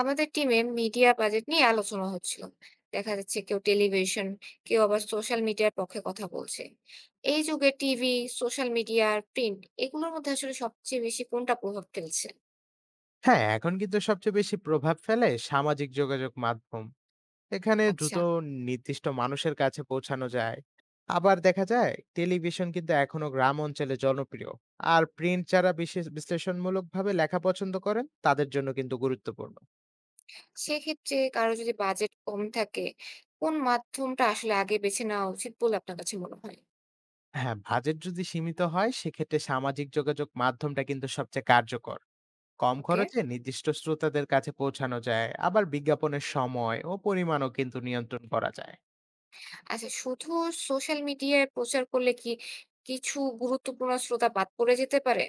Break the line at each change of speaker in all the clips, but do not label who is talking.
আমাদের টিমে media budget নিয়ে আলোচনা হচ্ছিল। দেখা যাচ্ছে কেউ টেলিভিশন, কেউ আবার সোশ্যাল মিডিয়ার পক্ষে কথা বলছে। এই যুগে টিভি, সোশ্যাল মিডিয়া আর প্রিন্ট, এগুলোর মধ্যে আসলে সবচেয়ে বেশি কোনটা প্রভাব ফেলছে?
হ্যাঁ, এখন কিন্তু সবচেয়ে বেশি প্রভাব ফেলে সামাজিক যোগাযোগ মাধ্যম। এখানে দ্রুত
আচ্ছা,
নির্দিষ্ট মানুষের কাছে পৌঁছানো যায়। আবার দেখা যায় টেলিভিশন কিন্তু এখনো গ্রাম অঞ্চলে জনপ্রিয়। আর প্রিন্ট যারা বিশেষ বিশ্লেষণমূলকভাবে লেখা পছন্দ করেন তাদের জন্য কিন্তু গুরুত্বপূর্ণ।
সেক্ষেত্রে কারো যদি বাজেট কম থাকে, কোন মাধ্যমটা আসলে আগে বেছে নেওয়া উচিত বলে আপনার কাছে মনে হয়?
হ্যাঁ, বাজেট যদি সীমিত হয় সেক্ষেত্রে সামাজিক যোগাযোগ মাধ্যমটা কিন্তু সবচেয়ে কার্যকর। কম
ওকে।
খরচে নির্দিষ্ট শ্রোতাদের কাছে পৌঁছানো যায়। আবার বিজ্ঞাপনের সময় ও পরিমাণও কিন্তু নিয়ন্ত্রণ করা যায়।
আচ্ছা, শুধু সোশ্যাল মিডিয়ায় প্রচার করলে কি কিছু গুরুত্বপূর্ণ শ্রোতা বাদ পড়ে যেতে পারে?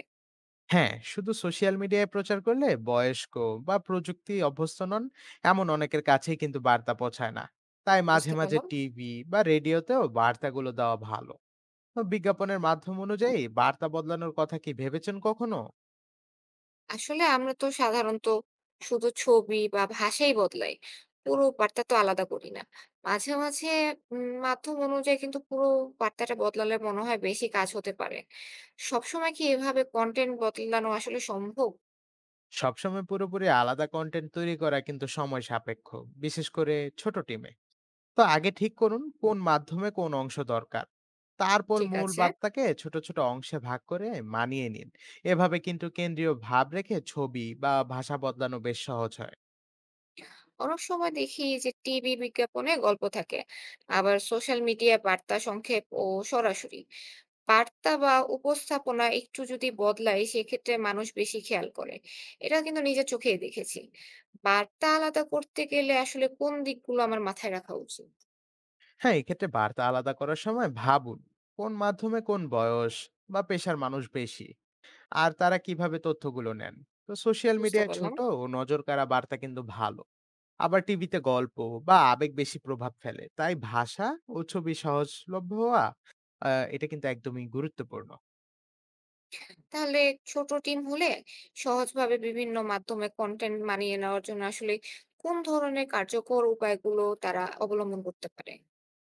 হ্যাঁ, শুধু সোশ্যাল মিডিয়ায় প্রচার করলে বয়স্ক বা প্রযুক্তি অভ্যস্ত নন এমন অনেকের কাছেই কিন্তু বার্তা পৌঁছায় না। তাই মাঝে
বুঝতে
মাঝে
পারলাম।
টিভি বা রেডিওতেও বার্তাগুলো দেওয়া ভালো। তো বিজ্ঞাপনের মাধ্যম অনুযায়ী বার্তা বদলানোর কথা কি ভেবেছেন কখনো?
আসলে আমরা তো সাধারণত শুধু ছবি বা ভাষাই বদলাই। পুরো বার্তা তো আলাদা করি না। মাঝে, মাঝে মাধ্যম অনুযায়ী কিন্তু পুরো বার্তাটা বদলালে মনে হয় বেশি কাজ হতে পারে। সবসময় কি এভাবে কনটেন্ট বদলানো আসলে সম্ভব?
সবসময় পুরোপুরি আলাদা কন্টেন্ট তৈরি করা কিন্তু সময় সাপেক্ষ, বিশেষ করে ছোট টিমে। তো আগে ঠিক করুন কোন মাধ্যমে কোন অংশ দরকার, তারপর
ঠিক
মূল
আছে।
বার্তাকে ছোট ছোট অংশে ভাগ করে মানিয়ে নিন। এভাবে কিন্তু কেন্দ্রীয় ভাব রেখে ছবি বা ভাষা বদলানো বেশ সহজ হয়।
অনেক সময় দেখি যে টিভি বিজ্ঞাপনে গল্প থাকে, আবার সোশ্যাল মিডিয়া বার্তা সংক্ষেপ ও সরাসরি। বার্তা বা উপস্থাপনা একটু যদি বদলায় সেক্ষেত্রে মানুষ বেশি খেয়াল করে, এটা কিন্তু নিজের চোখেই দেখেছি। বার্তা আলাদা করতে গেলে আসলে কোন দিকগুলো আমার মাথায় রাখা উচিত?
হ্যাঁ, এক্ষেত্রে বার্তা আলাদা করার সময় ভাবুন কোন মাধ্যমে কোন বয়স বা পেশার মানুষ বেশি, আর তারা কিভাবে তথ্যগুলো নেন। তো সোশ্যাল
বুঝতে
মিডিয়ায়
পারলাম।
ছোট ও নজর কাড়া বার্তা কিন্তু ভালো। আবার টিভিতে গল্প বা আবেগ বেশি প্রভাব ফেলে, তাই ভাষা ও ছবি সহজলভ্য হওয়া, এটা কিন্তু একদমই গুরুত্বপূর্ণ।
তাহলে ছোট টিম হলে সহজভাবে বিভিন্ন মাধ্যমে কন্টেন্ট মানিয়ে নেওয়ার জন্য আসলে কোন ধরনের কার্যকর উপায়গুলো তারা অবলম্বন করতে পারে?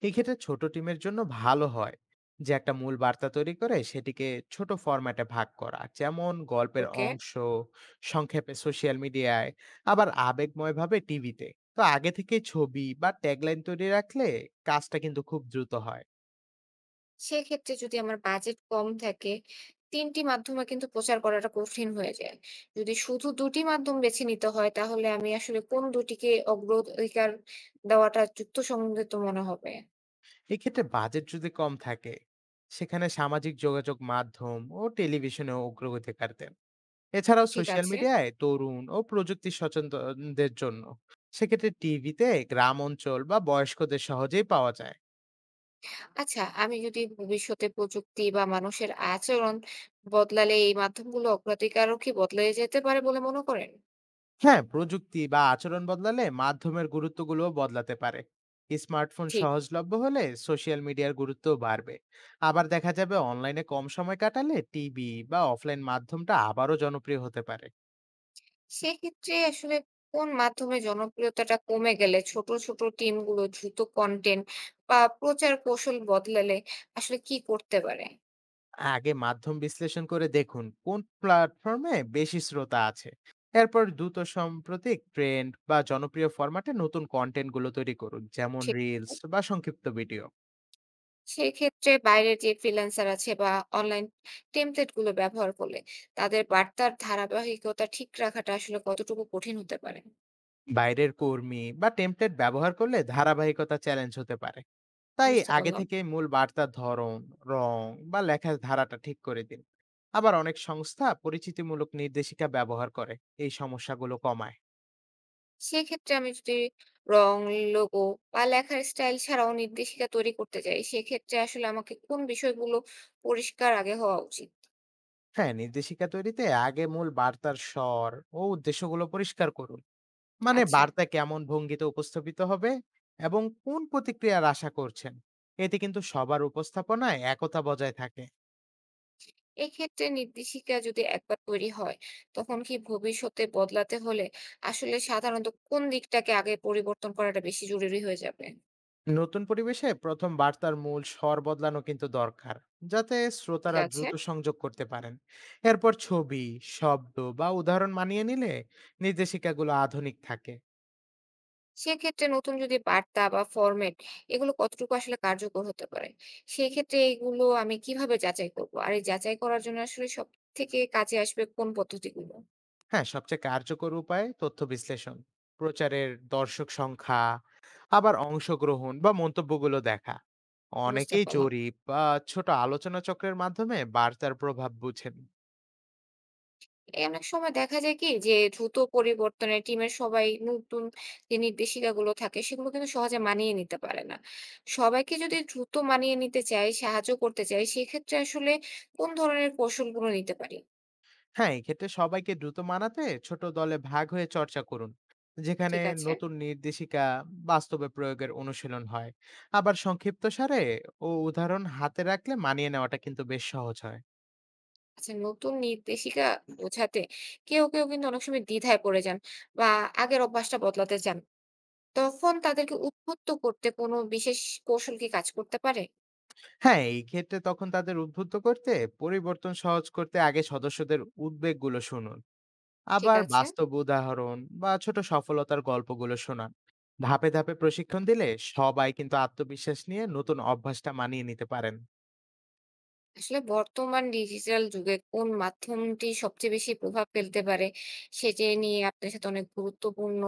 এক্ষেত্রে ছোট টিমের জন্য ভালো হয় যে একটা মূল বার্তা তৈরি করে সেটিকে ছোট ফরম্যাটে ভাগ করা, যেমন গল্পের
ওকে।
অংশ সংক্ষেপে সোশ্যাল মিডিয়ায়, আবার আবেগময়ভাবে টিভিতে। তো আগে থেকে ছবি বা ট্যাগলাইন তৈরি রাখলে কাজটা কিন্তু খুব দ্রুত হয়।
সেক্ষেত্রে যদি আমার বাজেট কম থাকে, ৩ টি মাধ্যমে কিন্তু প্রচার করাটা কঠিন হয়ে যায়। যদি শুধু ২ টি মাধ্যম বেছে নিতে হয়, তাহলে আমি আসলে কোন ২ টিকে অগ্রাধিকার দেওয়াটা যুক্তিসঙ্গত মনে হবে?
এক্ষেত্রে বাজেট যদি কম থাকে, সেখানে সামাজিক যোগাযোগ মাধ্যম ও টেলিভিশনে অগ্রগতিকার দেন। এছাড়াও
ঠিক
সোশ্যাল
আছে।
মিডিয়ায় তরুণ ও প্রযুক্তি সচেতনদের জন্য, সেক্ষেত্রে টিভিতে গ্রাম অঞ্চল বা বয়স্কদের সহজেই পাওয়া যায়।
আচ্ছা, আমি যদি ভবিষ্যতে প্রযুক্তি বা মানুষের আচরণ বদলালে এই মাধ্যমগুলো অগ্রাধিকারও কি বদলে যেতে পারে বলে মনে করেন?
হ্যাঁ, প্রযুক্তি বা আচরণ বদলালে মাধ্যমের গুরুত্বগুলোও বদলাতে পারে। স্মার্টফোন
ঠিক।
সহজলভ্য হলে সোশ্যাল মিডিয়ার গুরুত্বও বাড়বে। আবার দেখা যাবে অনলাইনে কম সময় কাটালে টিভি বা অফলাইন মাধ্যমটা আবারও জনপ্রিয় হতে পারে।
সেক্ষেত্রে আসলে কোন মাধ্যমে জনপ্রিয়তাটা কমে গেলে ছোট, ছোট টিমগুলো দ্রুত কনটেন্ট বা প্রচার কৌশল বদলালে আসলে কি করতে পারে?
আগে মাধ্যম বিশ্লেষণ করে দেখুন কোন প্ল্যাটফর্মে বেশি শ্রোতা আছে। এরপর দ্রুত সাম্প্রতিক ট্রেন্ড বা জনপ্রিয় ফরম্যাটে নতুন কন্টেন্ট গুলো তৈরি করুন, যেমন
ঠিক
রিলস
আছে।
বা সংক্ষিপ্ত ভিডিও।
সেক্ষেত্রে বাইরের যে ফ্রিল্যান্সার আছে বা অনলাইন টেমপ্লেট গুলো ব্যবহার করলে তাদের বার্তার ধারাবাহিকতা ঠিক রাখাটা আসলে কতটুকু কঠিন হতে পারে?
বাইরের কর্মী বা টেমপ্লেট ব্যবহার করলে ধারাবাহিকতা চ্যালেঞ্জ হতে পারে। তাই
বুঝতে
আগে
পারলাম।
থেকে মূল বার্তার ধরন, রং বা লেখার ধারাটা ঠিক করে দিন। আবার অনেক সংস্থা পরিচিতিমূলক নির্দেশিকা ব্যবহার করে এই সমস্যাগুলো কমায়।
সেক্ষেত্রে আমি যদি রং, লোগো বা লেখার স্টাইল ছাড়াও নির্দেশিকা তৈরি করতে চাই, সেক্ষেত্রে আসলে আমাকে কোন বিষয়গুলো পরিষ্কার আগে হওয়া উচিত?
হ্যাঁ, নির্দেশিকা তৈরিতে আগে মূল বার্তার স্বর ও উদ্দেশ্যগুলো পরিষ্কার করুন। মানে
আচ্ছা।
বার্তা কেমন ভঙ্গিতে উপস্থাপিত হবে এবং কোন প্রতিক্রিয়ার আশা করছেন। এতে কিন্তু সবার উপস্থাপনায় একতা বজায় থাকে।
এক্ষেত্রে নির্দেশিকা যদি একবার তৈরি হয়, তখন কি ভবিষ্যতে বদলাতে হলে আসলে সাধারণত কোন দিকটাকে আগে পরিবর্তন করাটা বেশি জরুরি হয়ে যাবে?
নতুন পরিবেশে প্রথম বার্তার মূল স্বর বদলানো কিন্তু দরকার, যাতে
ঠিক
শ্রোতারা
আছে।
দ্রুত সংযোগ করতে পারেন। এরপর ছবি, শব্দ বা উদাহরণ মানিয়ে নিলে নির্দেশিকাগুলো আধুনিক থাকে।
সেক্ষেত্রে নতুন যদি বার্তা বা ফরম্যাট, এগুলো কতটুকু আসলে কার্যকর হতে পারে, সেই ক্ষেত্রে এগুলো আমি কিভাবে যাচাই করব, আর এই যাচাই করার জন্য আসলে সব থেকে কাজে আসবে কোন পদ্ধতিগুলো?
হ্যাঁ, সবচেয়ে কার্যকর উপায় তথ্য বিশ্লেষণ, প্রচারের দর্শক সংখ্যা, আবার অংশগ্রহণ বা মন্তব্যগুলো দেখা।
বুঝতে
অনেকেই
পারলাম।
জরিপ বা ছোট আলোচনা চক্রের মাধ্যমে বার্তার প্রভাব বুঝেন।
অনেক সময় দেখা যায় কি যে দ্রুত পরিবর্তনে টিমের সবাই নতুন যে নির্দেশিকাগুলো থাকে সেগুলো কিন্তু সহজে মানিয়ে নিতে পারে না। সবাইকে যদি দ্রুত মানিয়ে নিতে চাই, সাহায্য করতে চাই, সেক্ষেত্রে আসলে কোন ধরনের কৌশলগুলো নিতে পারি?
হ্যাঁ, এক্ষেত্রে সবাইকে দ্রুত মানাতে ছোট দলে ভাগ হয়ে চর্চা করুন, যেখানে
ঠিক আছে।
নতুন নির্দেশিকা বাস্তবে প্রয়োগের অনুশীলন হয়। আবার সংক্ষিপ্ত সারে ও উদাহরণ হাতে রাখলে মানিয়ে নেওয়াটা কিন্তু বেশ সহজ হয়।
আচ্ছা, নতুন নির্দেশিকা বোঝাতে কেউ কেউ কিন্তু অনেক সময় দ্বিধায় পড়ে যান বা আগের অভ্যাসটা বদলাতে চান, তখন তাদেরকে উদ্বুদ্ধ করতে কোনো বিশেষ কৌশল কি কাজ করতে পারে?
হ্যাঁ, এই ক্ষেত্রে তখন তাদের উদ্বুদ্ধ করতে, পরিবর্তন সহজ করতে আগে সদস্যদের উদ্বেগগুলো শুনুন।
ঠিক
আবার
আছে।
বাস্তব উদাহরণ বা ছোট সফলতার গল্পগুলো শোনান। ধাপে ধাপে প্রশিক্ষণ দিলে সবাই কিন্তু আত্মবিশ্বাস নিয়ে নতুন অভ্যাসটা মানিয়ে নিতে পারেন।
আসলে বর্তমান ডিজিটাল যুগে কোন মাধ্যমটি সবচেয়ে বেশি প্রভাব ফেলতে পারে সেটি নিয়ে আপনার সাথে অনেক গুরুত্বপূর্ণ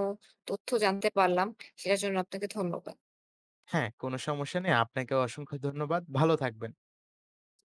তথ্য জানতে পারলাম। সেটার জন্য আপনাকে ধন্যবাদ।
হ্যাঁ, কোনো সমস্যা নেই। আপনাকে অসংখ্য ধন্যবাদ। ভালো থাকবেন।